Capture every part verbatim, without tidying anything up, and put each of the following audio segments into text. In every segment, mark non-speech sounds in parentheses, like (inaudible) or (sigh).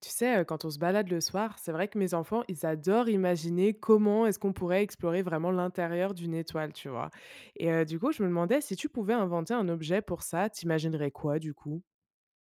Tu sais, heu, quand on se balade le soir, c'est vrai que mes enfants, ils adorent imaginer comment est-ce qu'on pourrait explorer vraiment l'intérieur d'une étoile, tu vois? Et heu, du coup, je me demandais si tu pouvais inventer un objet pour ça, tu imaginerais quoi du coup?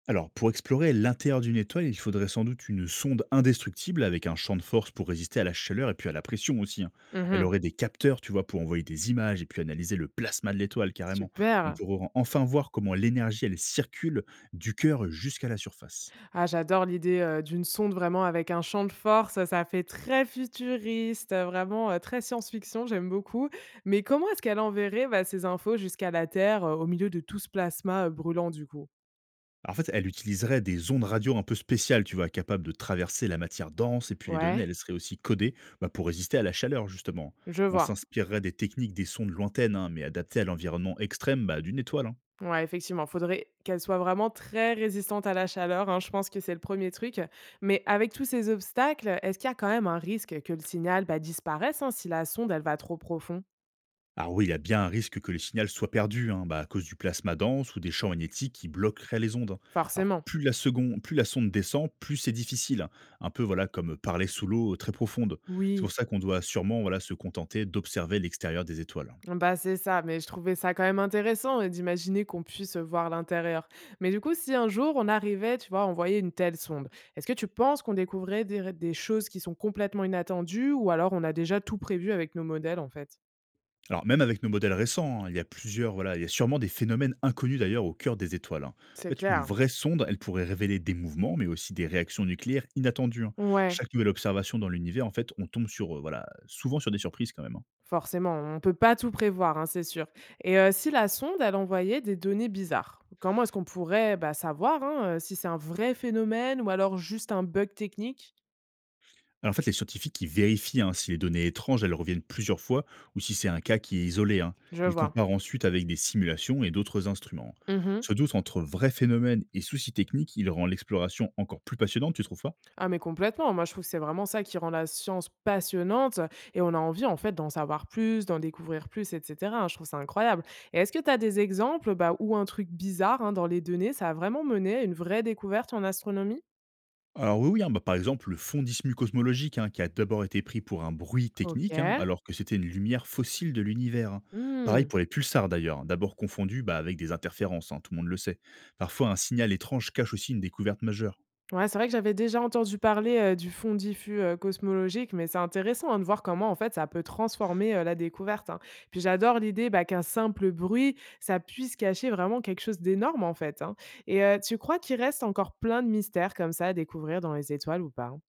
Alors, pour explorer l'intérieur d'une étoile, il faudrait sans doute une sonde indestructible avec un champ de force pour résister à la chaleur et puis à la pression aussi, hein. Elle Mmh. aurait des capteurs, tu vois, pour envoyer des images et puis analyser le plasma de l'étoile carrément. On Super! pourrait enfin voir comment l'énergie, elle circule du cœur jusqu'à la surface. Ah, j'adore l'idée, heu, d'une sonde vraiment avec un champ de force, ça fait très futuriste, heu, vraiment, heu, très science-fiction, j'aime beaucoup. Mais comment est-ce qu'elle enverrait, bah, ces infos jusqu'à la Terre, heu, au milieu de tout ce plasma, heu, brûlant du coup? Alors, en fait, elle utiliserait des ondes radio un peu spéciales, tu vois, capables de traverser la matière dense, et puis les données, Ouais, elles seraient aussi codées, bah, pour résister à la chaleur justement. je On vois. s'inspirerait des techniques des sondes lointaines, hein, mais adaptées à l'environnement extrême, bah, d'une étoile, hein. Ouais, effectivement, faudrait qu'elle soit vraiment très résistante à la chaleur, hein, je pense que c'est le premier truc. Mais avec tous ces obstacles, est-ce qu'il y a quand même un risque que le signal, bah, disparaisse, hein, si la sonde, elle va trop profond? Alors oui, il y a bien un risque que le signal soit perdu, hein, bah, à cause du plasma dense ou des champs magnétiques qui bloqueraient les ondes. Alors Forcément. plus la, seconde, plus la sonde descend, plus c'est difficile, hein. Un peu, voilà, comme parler sous l'eau très profonde. C'est pour Oui. ça qu'on doit sûrement, voilà, se contenter d'observer l'extérieur des étoiles. Bah, c'est ça, mais je trouvais ça quand même intéressant euh, d'imaginer qu'on puisse voir l'intérieur. Mais du coup, si un jour on arrivait, tu vois, à envoyer une telle sonde, est-ce que tu penses qu'on découvrait des, des choses qui sont complètement inattendues ou alors on a déjà tout prévu avec nos modèles en fait? Alors même avec nos modèles récents, hein, il y a plusieurs, voilà, il y a sûrement des phénomènes inconnus d'ailleurs au cœur des étoiles, hein. En C'est fait, une clair. vraie sonde, elle pourrait révéler des mouvements, mais aussi des réactions nucléaires inattendues, hein. Ouais. Chaque nouvelle observation dans l'univers, en fait, on tombe sur, euh, voilà, souvent sur des surprises quand même, hein. Forcément, on ne peut pas tout prévoir, hein, c'est sûr. Et heu, si la sonde, elle envoyait des données bizarres, comment est-ce qu'on pourrait, bah, savoir, hein, heu, si c'est un vrai phénomène ou alors juste un bug technique? Alors en fait, les scientifiques, ils vérifient, hein, si les données étranges, elles reviennent plusieurs fois ou si c'est un cas qui est isolé, hein. Je Ils vois. comparent ensuite avec des simulations et d'autres instruments. Mmh. Ce doute entre vrais phénomènes et soucis techniques, il rend l'exploration encore plus passionnante, tu trouves pas? Ah mais complètement, moi je trouve que c'est vraiment ça qui rend la science passionnante, et on a envie en fait d'en savoir plus, d'en découvrir plus et cetera, hein, je trouve ça incroyable et est-ce que tu as des exemples, bah, où un truc bizarre, hein, dans les données, ça a vraiment mené à une vraie découverte en astronomie? Alors oui, oui, hein, bah, par exemple, le fondisme cosmologique, hein, qui a d'abord été pris pour un bruit technique, hein, OK. alors que c'était une lumière fossile de l'univers, hein. Pareil Mmh. pour les pulsars d'ailleurs, hein, d'abord confondus, bah, avec des interférences, hein, tout le monde le sait. Parfois, un signal étrange cache aussi une découverte majeure. Ouais, c'est vrai que j'avais déjà entendu parler, heu, du fond diffus, heu, cosmologique, mais c'est intéressant, hein, de voir comment, en fait, ça peut transformer, heu, la découverte, hein. Puis j'adore l'idée, bah, qu'un simple bruit, ça puisse cacher vraiment quelque chose d'énorme, en fait, hein. Et heu, tu crois qu'il reste encore plein de mystères comme ça à découvrir dans les étoiles ou pas, hein?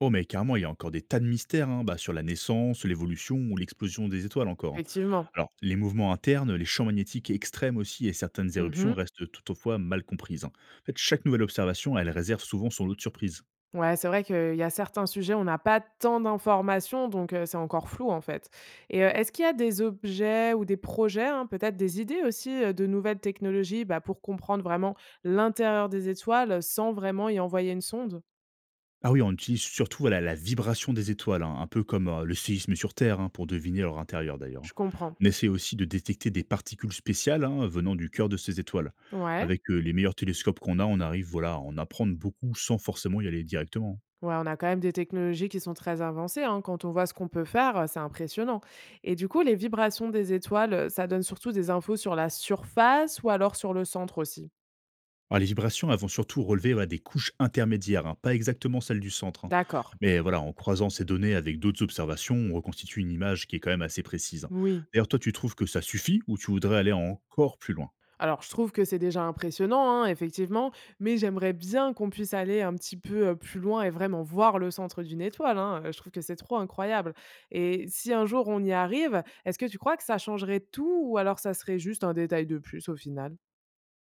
Oh, mais carrément, il y a encore des tas de mystères, hein, bah, sur la naissance, l'évolution ou l'explosion des étoiles encore, hein. Effectivement. Alors, les mouvements internes, les champs magnétiques extrêmes aussi et certaines éruptions Mmh. restent toutefois mal comprises, hein. En fait, chaque nouvelle observation, elle réserve souvent son lot de surprises. Ouais, c'est vrai qu'il y a certains sujets, on n'a pas tant d'informations, donc heu, c'est encore flou, en fait. Et heu, est-ce qu'il y a des objets ou des projets, hein, peut-être des idées aussi, heu, de nouvelles technologies, bah, pour comprendre vraiment l'intérieur des étoiles sans vraiment y envoyer une sonde? Ah oui, on utilise surtout, voilà, la vibration des étoiles, hein, un peu comme euh, le séisme sur Terre, hein, pour deviner leur intérieur d'ailleurs, hein. Je comprends. On essaie aussi de détecter des particules spéciales, hein, venant du cœur de ces étoiles. Ouais. Avec euh, les meilleurs télescopes qu'on a, on arrive, voilà, à en apprendre beaucoup sans forcément y aller directement. Ouais, on a quand même des technologies qui sont très avancées, hein. Quand on voit ce qu'on peut faire, heu, c'est impressionnant. Et du coup, les vibrations des étoiles, heu, ça donne surtout des infos sur la surface ou alors sur le centre aussi? Alors, les vibrations, elles vont surtout relever, voilà, des couches intermédiaires, hein, pas exactement celles du centre, hein. D'accord. Mais voilà, en croisant ces données avec d'autres observations, on reconstitue une image qui est quand même assez précise, hein. Oui. D'ailleurs, toi, tu trouves que ça suffit ou tu voudrais aller encore plus loin? Alors, je trouve que c'est déjà impressionnant, hein, effectivement, mais j'aimerais bien qu'on puisse aller un petit peu euh, plus loin et vraiment voir le centre d'une étoile. Hein, euh, je trouve que c'est trop incroyable. Et si un jour on y arrive, est-ce que tu crois que ça changerait tout ou alors ça serait juste un détail de plus au final?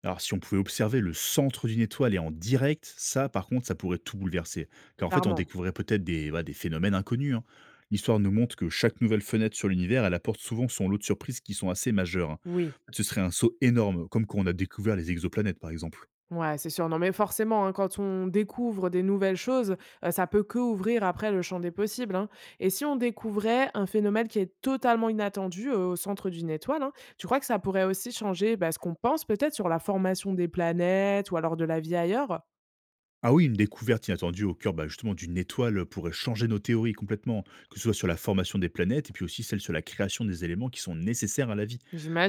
Alors, si on pouvait observer le centre d'une étoile et en direct, ça, par contre, ça pourrait tout bouleverser. Car en fait, on Clairement, découvrait peut-être des, voilà, des phénomènes inconnus, hein. L'histoire nous montre que chaque nouvelle fenêtre sur l'univers, elle apporte souvent son lot de surprises qui sont assez majeures, hein. oui. Ce serait un saut énorme, comme quand on a découvert les exoplanètes, par exemple. Ouais, c'est sûr. Non, mais forcément, hein, quand on découvre des nouvelles choses, heu, ça peut que ouvrir après le champ des possibles, hein. Et si on découvrait un phénomène qui est totalement inattendu, heu, au centre d'une étoile, hein, tu crois que ça pourrait aussi changer, bah, ce qu'on pense peut-être sur la formation des planètes ou alors de la vie ailleurs? Ah oui, une découverte inattendue au cœur, bah, justement d'une étoile pourrait changer nos théories complètement, que ce soit sur la formation des planètes et puis aussi celle sur la création des éléments qui sont nécessaires à la vie.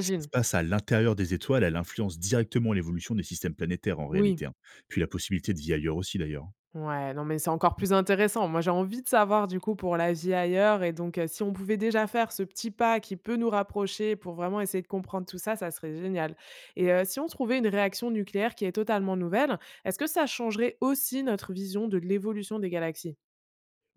Ce qui se passe à l'intérieur des étoiles, elle influence directement l'évolution des systèmes planétaires en Oui. réalité, hein. Puis la possibilité de vie ailleurs aussi d'ailleurs, hein. Ouais, non, mais c'est encore plus intéressant. Moi, j'ai envie de savoir du coup pour la vie ailleurs et donc, heu, si on pouvait déjà faire ce petit pas qui peut nous rapprocher pour vraiment essayer de comprendre tout ça, ça serait génial et heu, si on trouvait une réaction nucléaire qui est totalement nouvelle, est-ce que ça changerait aussi notre vision de l'évolution des galaxies?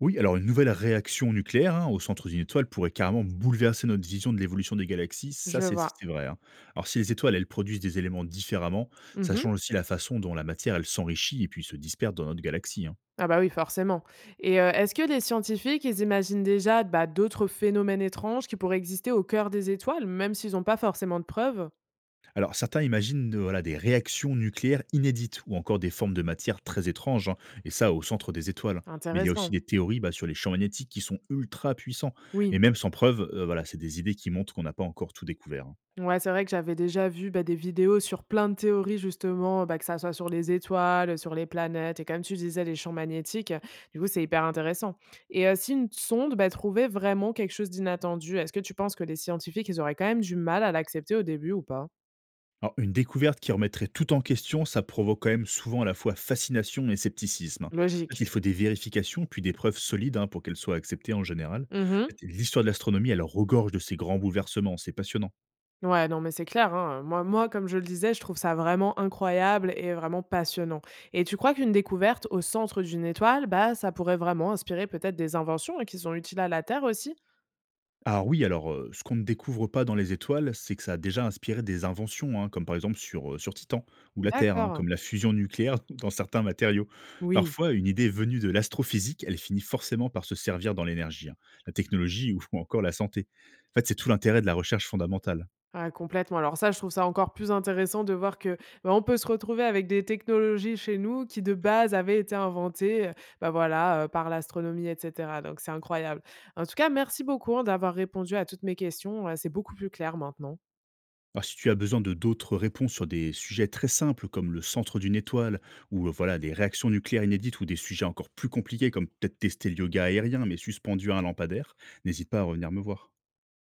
Oui, alors une nouvelle réaction nucléaire, hein, au centre d'une étoile pourrait carrément bouleverser notre vision de l'évolution des galaxies, ça Je c'est vois. c'est vrai, hein. Alors si les étoiles, elles produisent des éléments différemment, ça Mmh. change aussi la façon dont la matière, elle s'enrichit et puis se disperse dans notre galaxie, hein. Ah bah, oui, forcément et heu, est-ce que les scientifiques, ils imaginent déjà, bah, d'autres phénomènes étranges qui pourraient exister au cœur des étoiles, même s'ils n'ont pas forcément de preuves? Alors certains imaginent euh, voilà, des réactions nucléaires inédites ou encore des formes de matière très étranges, hein, et ça au centre des étoiles. Mais il y a aussi Intéressant. des théories, bah, sur les champs magnétiques qui sont ultra puissants. Oui. Et même sans preuve, euh, voilà, c'est des idées qui montrent qu'on n'a pas encore tout découvert, hein. Ouais, c'est vrai que j'avais déjà vu, bah, des vidéos sur plein de théories justement, bah, que ça soit sur les étoiles, sur les planètes et comme tu disais, les champs magnétiques, du coup, c'est hyper intéressant et heu, si une sonde, bah, trouvait vraiment quelque chose d'inattendu, est-ce que tu penses que les scientifiques, ils auraient quand même du mal à l'accepter au début ou pas? Alors, une découverte qui remettrait tout en question, ça provoque quand même souvent à la fois fascination et scepticisme, hein. En fait, Logique. il faut des vérifications, puis des preuves solides, hein, pour qu'elles soient acceptées en général. En Mmh. fait, l'histoire de l'astronomie, elle regorge de ces grands bouleversements, c'est passionnant. Ouais, non, mais c'est clair, hein, moi moi, comme je le disais, je trouve ça vraiment incroyable et vraiment passionnant et tu crois qu'une découverte au centre d'une étoile, bah, ça pourrait vraiment inspirer peut-être des inventions et qui sont utiles à la Terre aussi? Alors oui, alors, heu, ce qu'on ne découvre pas dans les étoiles, c'est que ça a déjà inspiré des inventions, hein, comme par exemple sur, heu, sur Titan ou la Terre, hein, D'accord. comme la fusion nucléaire (laughs) dans certains matériaux. Oui, Parfois, une idée venue de l'astrophysique, elle finit forcément par se servir dans l'énergie, hein, la technologie ou (laughs) encore la santé. En fait, c'est tout l'intérêt de la recherche fondamentale. ah complètement. Alors ça, je trouve ça encore plus intéressant de voir que, bah, on peut se retrouver avec des technologies chez nous qui de base avaient été inventées, heu, bah, voilà, heu, par l'astronomie et cetera, donc c'est incroyable. En tout cas, merci beaucoup, hein, d'avoir répondu à toutes mes questions, heu, c'est beaucoup plus clair maintenant. Alors si tu as besoin de d'autres réponses sur des sujets très simples comme le centre d'une étoile ou, heu, voilà, des réactions nucléaires inédites ou des sujets encore plus compliqués comme peut-être tester le yoga aérien mais suspendu à un lampadaire, n'hésite pas à revenir me voir.